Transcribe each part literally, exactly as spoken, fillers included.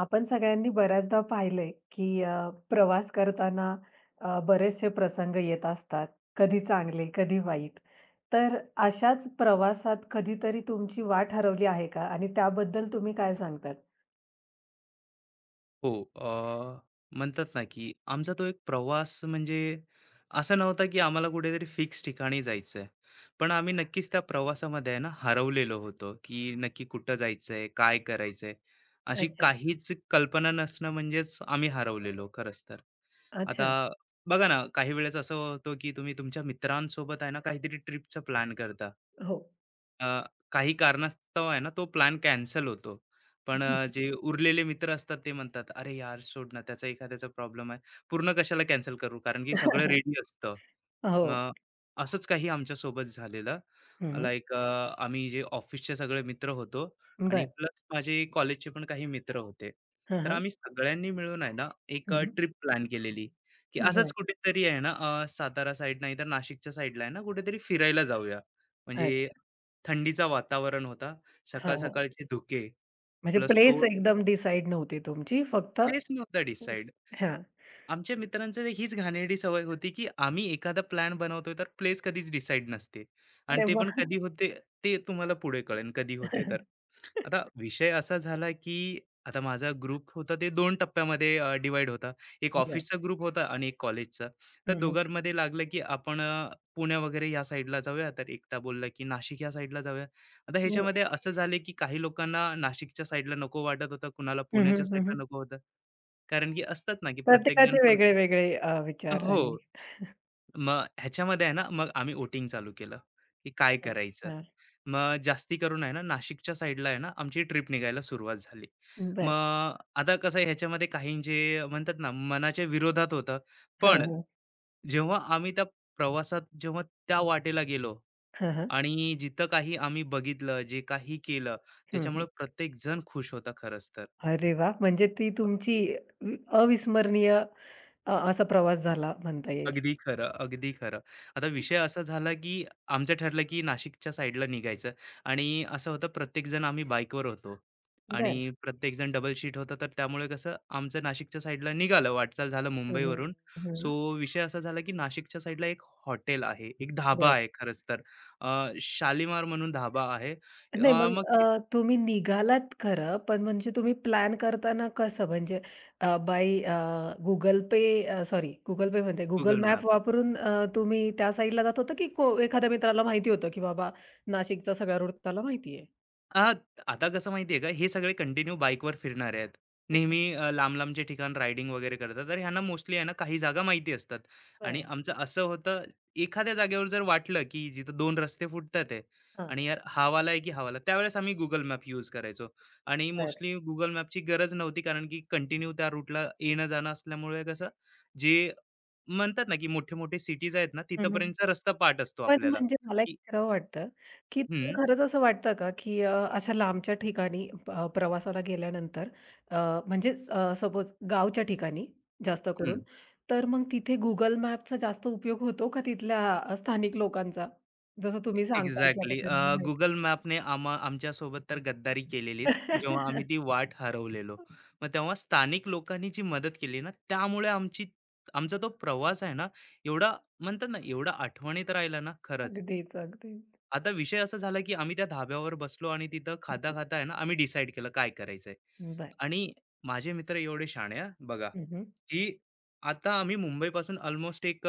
आपण सगळ्यांनी बऱ्याचदा पाहिलंय, की अ, प्रवास करताना अ, बरेचसे प्रसंग येत असतात. कधी चांगले, कधी वाईट. तर अशाच प्रवासात कधीतरी तुमची वाट हरवली आहे का? आणि त्याबद्दल तुम्ही काय सांगतात? हो. अ, म्हणतात ना, की आमचा तो एक प्रवास म्हणजे असा नव्हता, की आम्हाला कुठेतरी फिक्स ठिकाणी जायचंय. पण आम्ही नक्कीच त्या प्रवासामध्ये आहे ना, हरवलेलो होतो, की नक्की कुठं जायचंय, काय करायचंय, अशी अच्छा, काहीच कल्पना नसणं म्हणजेच आम्ही हरवलेलो खरंच तर. अच्छा. आता बघा ना, काही वेळेस असं होतं, की तुम्ही तुमच्या मित्रांसोबत आहे ना, काहीतरी ट्रिपचा प्लॅन करता. हो. अ, काही कारणास्तव आहे ना, तो प्लॅन कॅन्सल होतो. पण अ, जे उरलेले मित्र असतात ते म्हणतात, "अरे यार सोड ना, त्याचा एखाद्याचा प्रॉब्लेम आहे. पूर्ण कशाला कॅन्सल करू?" कारण की सगळं रेडी असतं. हो. मग असंच काही आमच्यासोबत झालेलं. हं, हं. लाइक अ, आम्ही जे ऑफिसचे सगळे मित्र होतो आणि बरं. प्लस माझे कॉलेजचे पण काही मित्र होते. हं, तर हं. आम्ही सगळ्यांनी मिळून आहे ना, एक हं, ट्रिप प्लॅन केलेली, की असंच कुठेतरी आहे ना, अ, सातारा साईड नाहीतर नाशिकच्या साईडला आहे ना, कुठेतरी फिरायला जाऊया. म्हणजे अच्छा. थंडीचा वातावरण होता, हां, हां. सकाळ-सकाळचे धुके. म्हणजे प्लस प्लेस तो एकदम डिसाईड नव्हती तुमची. फक्त प्लेस नव्हता डिसाईड. हां. आमच्या मित्रांचं ते हीच घाणेरडी सवय होती, की आम्ही एखादा प्लॅन बनवतोय, तर प्लेस कधीच डिसाईड नसते आणि अरे ते पण वाह! कधी होते ते तुम्हाला पुढे कळेल कधी होते तर. आता विषय असा झाला, की आता माझा ग्रुप होता ते दोन टप्प्यामध्ये अ, होता. एक बरं. ऑफिसचा ग्रुप होता आणि एक कॉलेजचा. तर हं, हं. दोघांमध्ये लागलं, की आपण अ, पुणे वगैरे या साईडला जाऊया, तर एकटा बोलला, की नाशिक या साईडला जाऊया. आता हं. ह्याच्यामध्ये असं झालं की काही लोकांना नाशिकच्या साईडला नको वाटत होतं, कुणाला पुण्याच्या हं, साईडला नको होतं. कारण की असतात ना, की प्रत्येकजण प्रत्येकाचे प्रत वेगळे-वेगळे अ, विचार हो. आणि मग ह्याच्यामध्ये आहे ना, मग आम्ही वोटिंग चालू केलं, की काय करायचं? अच्छा. मग जास्ती करून आहे ना, नाशिकच्या साईडला आहे ना, आमची ट्रिप निघायला सुरुवात झाली. बरं. मग आता कसं आहे ह्याच्यामध्ये काही जे म्हणतात ना, मनाच्या विरोधात होतं. हं, पण हं. जेव्हा आम्ही त्या प्रवासात जेव्हा त्या वाटेला गेलो हं, हं. आणि जिथं काही आम्ही बघितलं, जे काही केलं, हं, हं. त्याच्यामुळे प्रत्येक जण खुश होता खरंच तर. अरे वाह! म्हणजे ती अ, तुमची वि अविस्मरणीय अ, असा प्रवास झाला म्हणता येईल. अगदी खरं, अगदी खरं. आता विषय असा झाला, की आमचं ठरलं, की नाशिकच्या साईडला निघायचं आणि असं होतं प्रत्येकजण आम्ही बाईकवर होतो बरं. आणि प्रत्येकजण डबल शीट होतं. तर त्यामुळे कसं आमचं नाशिकच्या साईडला निघालं, वाटचाल झालं हं, हं. मुंबईवरून. सो हं. विषय असा झाला, की नाशिकच्या साईडला एक हॉटेल आहे, एक धाबा बरं. आहे खरंच तर. अ, शालीमार म्हणून धाबा आहे. नाही अ, मग मग अ, तुम्ही निघालात खरं, पण म्हणजे तुम्ही प्लॅन करताना कसं म्हणजे अ, बाय अ, पे अ, सॉरी Google पे म्हणते Google Google मॅप. मॅप वापरून अ, तुम्ही त्या साइडला जात होता, की को एखाद्या मित्राला माहिती होतं, की बाबा नाशिकचा सगळा रूट त्याला माहिती आहे? आ, आता कसं माहितीये का, हे सगळे कंटिन्यू बाईकवर फिरणार आहेत, नेहमी अ, लांब लांबचे ठिकाण रायडिंग वगैरे करतात, तर ह्यांना मोस्टली आहे ना काही जागा माहिती असतात. आणि बरं. आमचं असं होतं, एखाद्या जागेवर जर वाटलं की जिथं दोन रस्ते फुटतात आहे हां, आणि यार हावाला आहे की हावाला, त्यावेळेस आम्ही गुगल मॅप यूज करायचो. आणि बरं. मोस्टली गुगल मॅपची गरज नव्हती, कारण की कंटिन्यू त्या रूटला येणं जाणं असल्यामुळे कसं, जे म्हणतात ना की मोठे मोठे सिटीज आहेत ना, हं, हं. तिथपर्यंतचा रस्ता पाठ असतो पण आपल्याला. म्हणजे मला एक की विचारावं वाटतं, की तुला हम्म. खरंच असं वाटतं का, की अ, अशा लांबच्या ठिकाणी अ, प्रवासाला गेल्यानंतर अ, म्हणजे अ, सपोज गावच्या ठिकाणी जास्त करून, तर मग तिथे Google मॅपचा जास्त उपयोग होतो का तिथल्या अ, स्थानिक लोकांचा? जसं ए तुम्ही सांगताय, की आता एक्झॅक्टली. अ, त्यांना माहिती Google आहे. मॅपने आम्हा आमच्यासोबत तर गद्दारी केलेलीच, जेव्हा आम्ही ती वाट हरवलेलो. मग तेव्हा स्थानिक लोकांनी जी मदत केली ना, त्यामुळे आमची आमचा तो प्रवास आहे ना, एवढा म्हणतात ना, एवढा आठवणीत राहिला ना, खरंच. अगदीच, अगदीच. आता विषय असा झाला, की आम्ही त्या धाब्यावर बसलो आणि तिथं हं, हं. खाता-खाता आहे ना, आम्ही डिसाईड केलं काय करायचंय. बरं. आणि माझे मित्र एवढे शहाणे हां, बघा, हं, हं. की आता आम्ही मुंबईपासून अल्मोस्ट एक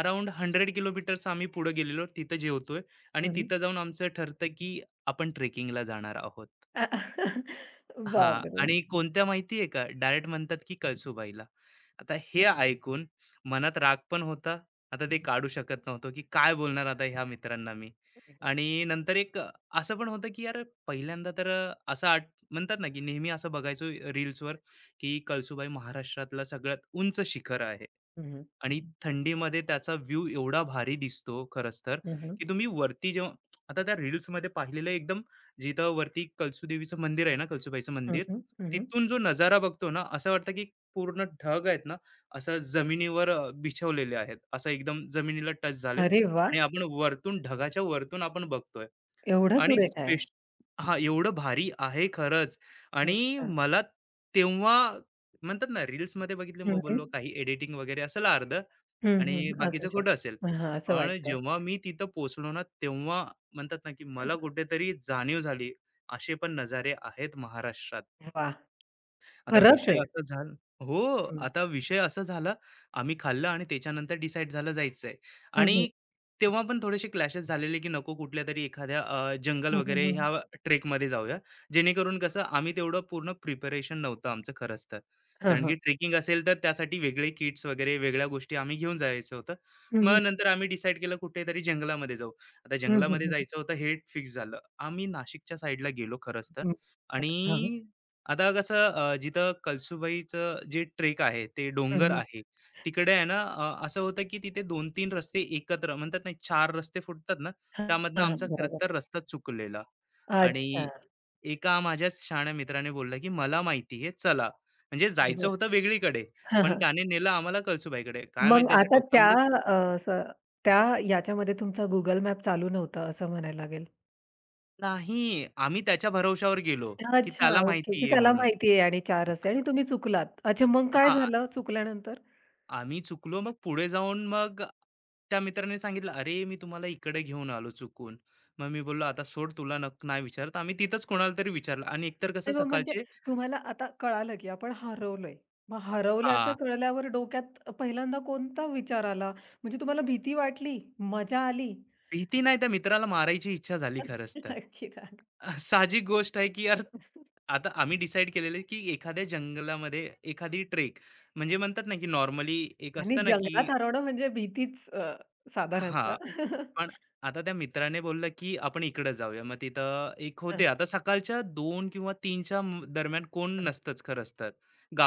अराउंड शंभर किलोमीटर्स आम्ही पुढे गेलेलो. तिथं जेवतोय आणि हं, तिथं जाऊन आमचं ठरतं की आपण ट्रेकिंगला जाणार आहोत. हं. हां. बापरे! आणि कोणत्या माहिती आहे का, डायरेक्ट म्हणतात की कळसूबाईला. आता हे ऐकून मनात राग पण होता. आता ते काढू शकत नव्हतो की काय बोलणार आता ह्या मित्रांना मी. आणि नंतर एक असं पण होतं की यार पहिल्यांदा तर असं आठ म्हणतात ना की नेहमी असं बघायचो रील्सवर की कळसूबाई महाराष्ट्रातलं सगळ्यात उंच शिखर आहे. हं, हं. आणि थंडीमध्ये त्याचा व्ह्यू एवढा भारी दिसतो खरंच तर, हं, हं. की तुम्ही वरती जेव्हा आता त्या रील्समध्ये पाहिलेलं एकदम जिथं वरती कलसुदेवीचं मंदिर आहे ना, कलसुबाईचं हं, मंदिर, हं. हं, हं. तिथून जो नजारा बघतो ना, असं वाटतं की पूर्ण ढग आहेत ना, असं जमिनीवर अ, बिछवलेले आहेत. असं एकदम जमिनीला टच झालेत अरे वाह! आणि आपण वरतून ढगाच्या वरतून आपण बघतोय. एवढं आणि सुरेख आहे. स्पेश हां, एवढं भारी आहे खरंच. आणि अच्छा. मला तेव्हा म्हणतात ना, रील्समध्ये बघितलं, हं, मग हं. बोललो काही एडिटिंग वगैरे असेल अर्धं हं, आणि हं. असू बाकीचं खोटं असेल. शकतं. हां, असं पण वाटतं. जेव्हा मी तिथं पोहोचलो ना, तेव्हा म्हणतात ना, की मला कुठेतरी जाणीव झाली, असे पण नजारे आहेत महाराष्ट्रात. वाह! आता खरंच विषय आहे. असा झाला. हो, हं. आता विषय असा झाला, आम्ही खाल्लं आणि त्याच्यानंतर डिसाईड झालं जायचंय. हं, हं. आणि तेव्हा पण थोडेसे क्लॅशेस झालेले, की नको कुठल्यातरी एखाद्या अ, जंगल हं, हं, वगैरे हं. ह्या ट्रेकमध्ये जाऊया. जेणेकरून कसं आम्ही तेवढं पूर्ण प्रिपरेशन नव्हतं आमचं खरंच तर. हां, कारण की हां. ट्रेकिंग असेल तर त्यासाठी वेगळे किट्स वगैरे वेगळ्या गोष्टी आम्ही घेऊन जायचं होतं. हं, मग हं. नंतर आम्ही डिसाईड केलं कुठेतरी जंगलामध्ये जाऊ. आता हं, हं, जंगलामध्ये हं. जायचं होतं हे फिक्स झालं. आम्ही नाशिकच्या साइडला गेलो खरंच तर. हं. आणि हां. आता कसं अ, जिथं कळसुबाईचं जे ट्रेक आहे, ते हं, डोंगर हं. आहे. तिकडे आहे ना अ, असं होतं की तिथे दोन तीन रस्ते एकत्र म्हणतात, नाही चार रस्ते फुटतात ना, हां, त्यामधनं आमचा खरंच तर बरोबर. रस्ता चुकलेला. आणि अच्छा. एका माझ्याच शहाण्या मित्राने बोललं की "मला माहिती आहे, चला." म्हणजे जायचं बरं. होतं वेगळीकडे, हां, पण हां. त्याने नेलं आम्हाला कळसुबाईकडे. काय माहीत मग त्याच्या आता त्या डोक्यामध्ये. अ, असं त्या याच्यामध्ये तुमचा Google मॅप चालू नव्हता असं म्हणायला लागेल. नाही, आम्ही त्याच्या भरवशावर गेलो की अच्छा, त्याला ओके. माहिती की आहे त्याला म्हणून. माहिती आहे आणि चार रस्ते आणि तुम्ही चुकलात. अच्छा, मग काय हां. झालं चुकल्यानंतर? आम्ही चुकलो, मग पुढे जाऊन मग त्या मित्राने सांगितलं, "अरे, मी तुम्हाला इकडे घेऊन आलो चुकून." मग मी बोललो, "आता सोड, तुला नक नाही विचारत." आम्ही तिथंच कोणाला तरी विचारलं आणि एकतर कसं नाही मग म्हणजे सकाळचे. तुम्हाला आता कळालं की आपण हरवलोय. मग हां, हरवल्याचं कळल्यावर डोक्यात पहिल्यांदा कोणता विचार आला? म्हणजे तुम्हाला भीती वाटली, मजा आली? भीती नाही, त्या मित्राला मारायची इच्छा झाली खरंच तर. नक्की राग. अ, साहजिक गोष्ट आहे की यार, आता आम्ही डिसाईड केलेलं आहे की एखाद्या जंगलामध्ये एखादी ट्रेक, म्हणजे म्हणतात ना की नॉर्मली एक आणि असतं ना की जंगलात हरवणं म्हणजे भीतीच अ, हां. साधारणतः. पण आता त्या मित्राने बोललं, की आपण इकडे जाऊया. मग तिथं एक हां, होते. हां. आता सकाळच्या दोन किंवा 3च्या म दरम्यान कोण नसतंच खरंच तर,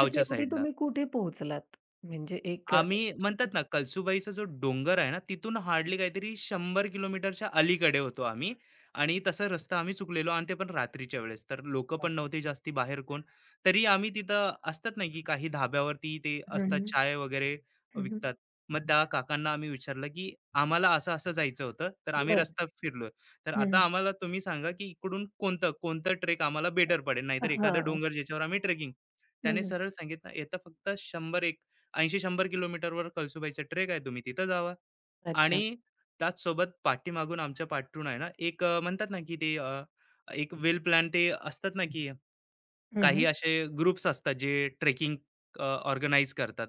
मग शेवटी साईडला. तुम्ही कुठे पोहोचलात? म्हणजे एक अ, आम्ही म्हणतात ना कळसुबाईचा जो डोंगर आहे ना तिथून हार्डली काहीतरी शंभर किलोमीटरच्या अलीकडे होतो आम्ही. आणि तसा रस्ता आम्ही चुकलेलो, आणि ते पण रात्रीच्या वेळेस तर लोक पण बापरे! नव्हते जास्ती बाहेर. कोण तरी आम्ही तिथं असतात ना की काही धाब्यावरती ते हं, असतात हं. चाय वगैरे हं, हं. विकतात. मग त्या काकांना आम्ही विचारलं की आम्हाला असं असं जायचं होतं तर आम्ही बरं. रस्ता फिरलोय, तर आता हं, आम्हाला तुम्ही सांगा की इकडून कोणतं कोणतं ट्रेक आम्हाला बेटर पडेल, नाहीतर एखादं डोंगर ज्याच्यावर आम्ही ट्रेकिंग. त्याने सरळ सांगितलं येतं, फक्त शंभर ऐंशी ते शंभर किलोमीटरवर कळसुबाईचा ट्रेक आहे, तुम्ही तिथं जावा. अच्छा. आणि त्याचसोबत पाठीमागून आमच्या पाठून आहे ना, एक अ, म्हणतात ना, की ते अ, एक वेल प्लॅन ते असतात ना, की हं, काही असे ग्रुप्स असतात जे ट्रेकिंग अ, करतात,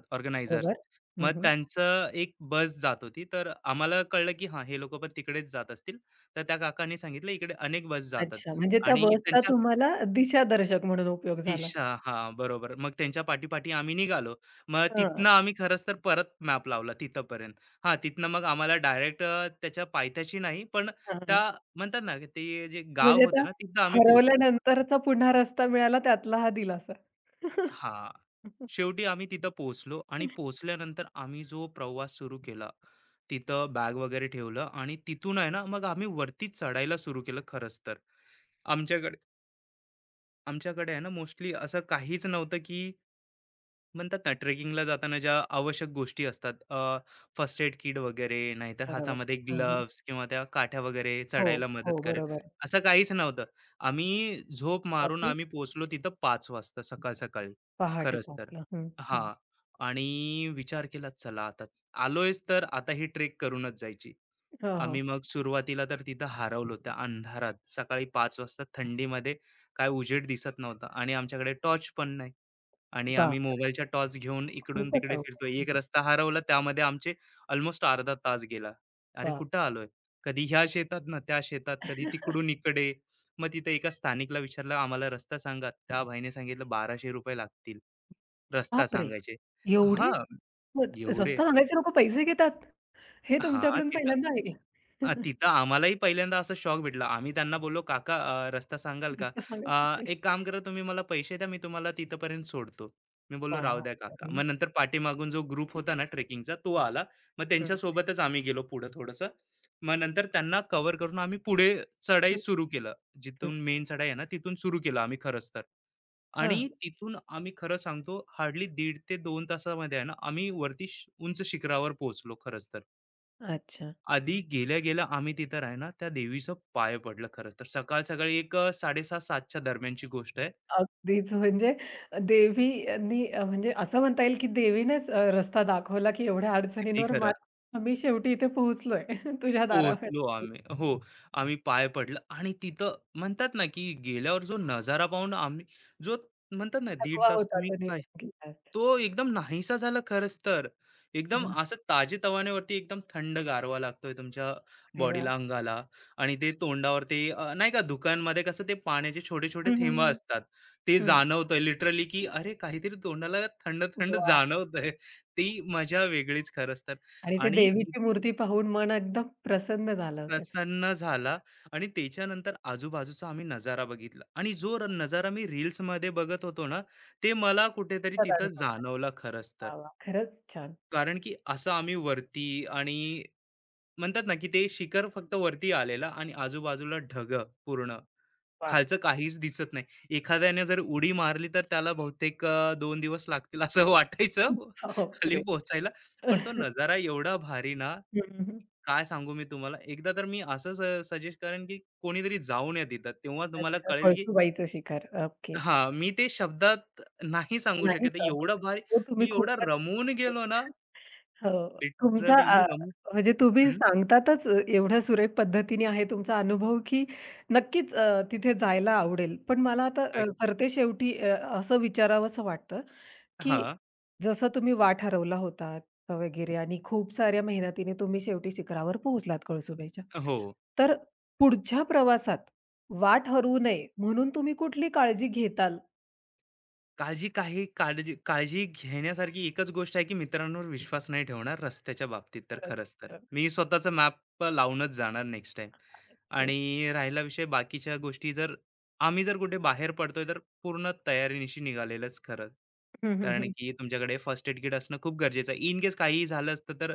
बरोबर. ऑर्गनायझर्स. मग त्यांचं एक बस जात होती. तर आम्हाला कळलं, की हां, हे लोकं पण तिकडेच जात असतील. तर त्या काकांनी सांगितलं, इकडे अनेक बस जातात अच्छा, म्हणजे त्या आणि बसचा त्यांच्या तुम्हाला दिशादर्शक म्हणून उपयोग झाला. दिशा. हां, बरोबर. मग त्यांच्या पाठी आम्ही निघालो. मग तिथनं हां, आम्ही खरंच तर परत मॅप लावला तिथपर्यंत. हां, तिथनं मग आम्हाला डायरेक्ट त्याच्या पायथ्याशी नाही, पण हां. त्या म्हणतात ना, की ते जे गाव म्हणजे त्या होतं ना, तिथं आम्ही पोहोचलो. हरवल्यानंतरचा पुन्हा रस्ता मिळाला त्यातला हा दिलासा. हां, शेवटी आम्ही तिथं पोहोचलो आणि पोहोचल्यानंतर आम्ही जो प्रवास सुरू केला, तिथं बॅग वगैरे ठेवलं आणि तिथून आहे ना, मग आम्ही वरती चढायला सुरू केलं खरंच तर. आमच्याकडे आमच्याकडे आहे ना, मोस्टली असं काहीच नव्हतं, की म्हणतात ना ट्रेकिंगला जाताना ज्या आवश्यक गोष्टी असतात, फर्स्ट एड किट वगैरे, नाहीतर बरोबर. हातामध्ये हं, हं. ग्लव्स किंवा त्या काठ्या वगैरे हो, चढायला मदत हो, करेल, बरोबर. असं काहीच नव्हतं. आम्ही झोप मारून बापरे! आम्ही पोहोचलो तिथं पाच वाजता सकाळ सकाळी पहाटे खरंच तर. पोहोचला. हं, हं. हा, आणि विचार केला चला आता आलोयच तर आता ही ट्रेक करूनच जायची. हो, आम्ही हो. मग सुरुवातीला तर तिथं हरवलो त्या अंधारात सकाळी पाच वाजता थंडीमध्ये. काय उजेड दिसत नव्हता आणि आमच्याकडे टॉर्च पण नाही, आणि आम्ही बापरे! मोबाईलच्या टॉर्च घेऊन खूपच इकडून-तिकडे अवघड. फिरतोय. हं, एक रस्ता हरवला, त्यामध्ये आमचे अल्मोस्ट अर्धा तास गेला. अरे, बाप कुठं आलोय? कधी ह्या शेतात ना त्या शेतात, कधी तिकडून इकडे. मग तिथे एका स्थानिकला विचारलं, "आम्हाला रस्ता सांगा." त्या भाईने सांगितलं, "बाराशे रुपये लागतील." रस्ता बापरे! सांगायचे. एवढे हां, मग एवढे. रस्ता सांगायचे लोकं पैसे घेतात? हे हा, तुमच्याकडून तिथं पहिल्यांदा ऐकलं. अ, तिथं आम्हालाही पहिल्यांदा असा शॉक भेटला. आम्ही त्यांना बोललो, "काका अ, रस्ता सांगाल का?" रस्ता अ, सांगायचे पैसे "एक काम करा तुम्ही मला पैसे द्या, मी तुम्हाला तिथपर्यंत सोडतो." मी बोललो, "राहू द्या काका." बापरे! मग नंतर पाठीमागून जो ग्रुप होता ना ट्रेकिंगचा तो आला. मग हं, त्यांच्यासोबतच आम्ही गेलो पुढं थोडंसं. मग नंतर त्यांना कव्हर करून आम्ही पुढे चढाई हं. सुरू केलं. जिथून मेन चढाई आहे ना तिथून सुरू केलं आम्ही खरंच तर. हां. आणि तिथून आम्ही खरं सांगतो हार्डली दीड ते दोन तासामध्ये आहे ना आम्ही वरती श उंच शिखरावर पोहोचलो खरंच तर. अच्छा. आधी गेल्या-गेल्या आम्ही तिथं आहे ना, त्या देवीचं पाया पडलं खरं तर. सकाळ-सकाळी एक अ, साडे सहा-7:00च्या दरम्यानची गोष्ट आहे. अगदीच म्हणजे देवीनी अ, म्हणजे असं म्हणता येईल, की देवीनेच अ, रस्ता दाखवला, की एवढ्या किती अडचणींवर खरं. मात आम्ही शेवटी इथे पोहोचलोय. तुझ्या दारावर पोहोचलो आम्ही. हो. आम्ही पाय पडलं आणि तिथं म्हणतात ना, की गेल्यावर जो नजारा पाहून आम्ही जो म्हणतात ना, दीड थकवा तास होता तुम्ही तो काय, निघून गेला. तो एकदम नाहीसा झाला खरंच तर. एकदम हां, असं ताजेतवानेवरती एकदम थंड गारवा लागतोय तुमच्या अरे वाह! बॉडीला, अंगाला, आणि ते तोंडावर ते अ, नाही का दुकानमध्ये कसं ते पाण्याचे छोटे-छोटे हं, हं, थेंब हं. असतात. ते हं. जाणवतंय लिटरली, की अरे काहीतरी तोंडाला थंड-थंड वाह! जाणवतंय. ती मजा वेगळीच खरंच तर. आणि ते आणि देवीची मूर्ती पाहून मन एकदम प्रसन्न झालं असेल. प्रसन्न झाला आणि त्याच्यानंतर आजूबाजूचा आम्ही नजारा बघितला आणि जो र- नजारा मी रील्स मध्ये बघत होतो ना, ते मला कुठेतरी तसा तिथं अनुभव झाला. जाणवला खरंच तर. वाह, वाह! खरंच छान. कारण की असं आम्ही वरती, आणि म्हणतात ना की ते शिखर फक्त वरती आलेला आणि आजूबाजूला ढग पूर्ण, वाह! खालचं काहीच दिसत नाही. एखाद्याने जर उडी मारली तर त्याला बहुतेक अ, दोन दिवस लागतील असं वाटायचं खाली बापरे! पोहोचायला. पण तो नजारा एवढा भारी ना, हं, हं, हं. काय सांगू मी तुम्हाला? एकदा तर मी असं स सजेस्ट करेन, की कोणीतरी जाऊन या तिथं. तेव्हा तुम्हाला अच्छा, कळेल, की कळसूबाईचं शिखर. ओके. हां, मी ते शब्दात नाही सांगू नाही शकत आहे. सांगू एवढं शकत. भारी. हो, तुम्ही मी एवढा खूपच रमून गेलो ना, हो. तुमचा लिटरली मी अ, रमून. म्हणजे तुम्ही हं, सांगतातच अ, एवढ्या सुरेख पद्धतीने आहे तुमचा अनुभव, की नक्कीच अ, तिथे जायला आवडेल. पण मला आता अ, ऐक. सरतेशेवटी अ, असं विचारावसं वाटतं, की हां, जसं तुम्ही वाट हरवला होतात वगैरे आणि खूप साऱ्या मेहनतीने तुम्ही शेवटी शिखरावर पोहोचलात कळसुबाईच्या. हो. तर पुढच्या प्रवासात वाट हरवू नये म्हणून तुम्ही कुठली काळजी घेताल? काळजी, काही काळजी, काळजी घेण्यासारखी एकच गोष्ट आहे, की मित्रांवर विश्वास नाही ठेवणार रस्त्याच्या बाबतीत तर खरंच तर. मी स्वतःचा मॅप लावूनच जाणार नेक्स्ट टाइम. अच्छा. आणि राहिला विषय बाकीच्या गोष्टी, जर आम्ही जर कुठे बाहेर पडतोय तर पूर्ण तयारीनिशी निघालेलंच खरं. हं, हं, कारण हं. की तुमच्याकडे फर्स्ट एड किट असणं खूप गरजेचं आहे. इन केस काहीही झालं असतं तर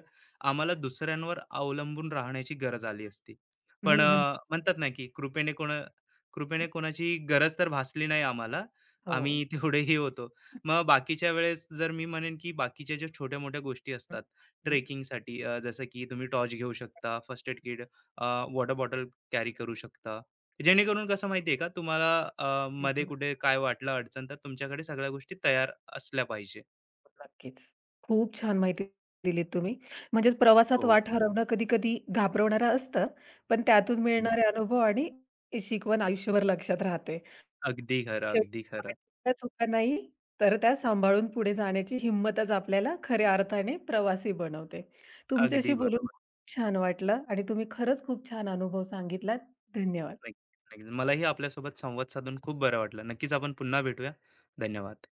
आम्हाला दुसऱ्यांवर अवलंबून राहण्याची गरज आली असती. हं, पण हं. अ, म्हणतात ना, की कृपेने कोणा कृपेने कोणाची गरज तर भासली नाही आम्हाला. हो. आम्ही तेवढेही होतो. मग बाकीच्या वेळेस जर मी म्हणेन, की बाकीच्या ज्या छोट्या-मोठ्या गोष्टी हं, असतात हं. ट्रेकिंगसाठी, अ, जसं की तुम्ही टॉर्च घेऊ शकता, first aid kit, uh, water bottle carry करू शकता. नक्कीच. जेणेकरून कसं माहिती आहे का तुम्हाला, अ, हं, मध्ये हं. कुठे काय वाटलं अडचण तर तुमच्याकडे सगळ्या गोष्टी तयार असल्या पाहिजे. नक्कीच. खूप छान माहिती दिलीत तुम्ही. म्हणजेच प्रवासात हो. वाट हरवणं कधी-कधी घाबरवणारं असतं, पण त्यातून हं. मिळणारे अनुभव आणि शिकवण आयुष्यभर लक्षात राहते. अगदी खरं, शेवटी अगदी खरं. वाटेतल्या चुका नाही, तर त्या सांभाळून पुढे जाण्याची हिंमतच आपल्याला खऱ्या अर्थाने प्रवासी बनवते. अगदी तुमच्याशी बोलून बरोबर. खूप छान वाटलं आणि तुम्ही खरंच खूप छान अनुभव सांगितलात. धन्यवाद. नक्कीच, नक्कीच. मलाही आपल्यासोबत संवाद साधून खूप बरं वाटलं. नक्कीच आपण पुन्हा भेटूया. धन्यवाद.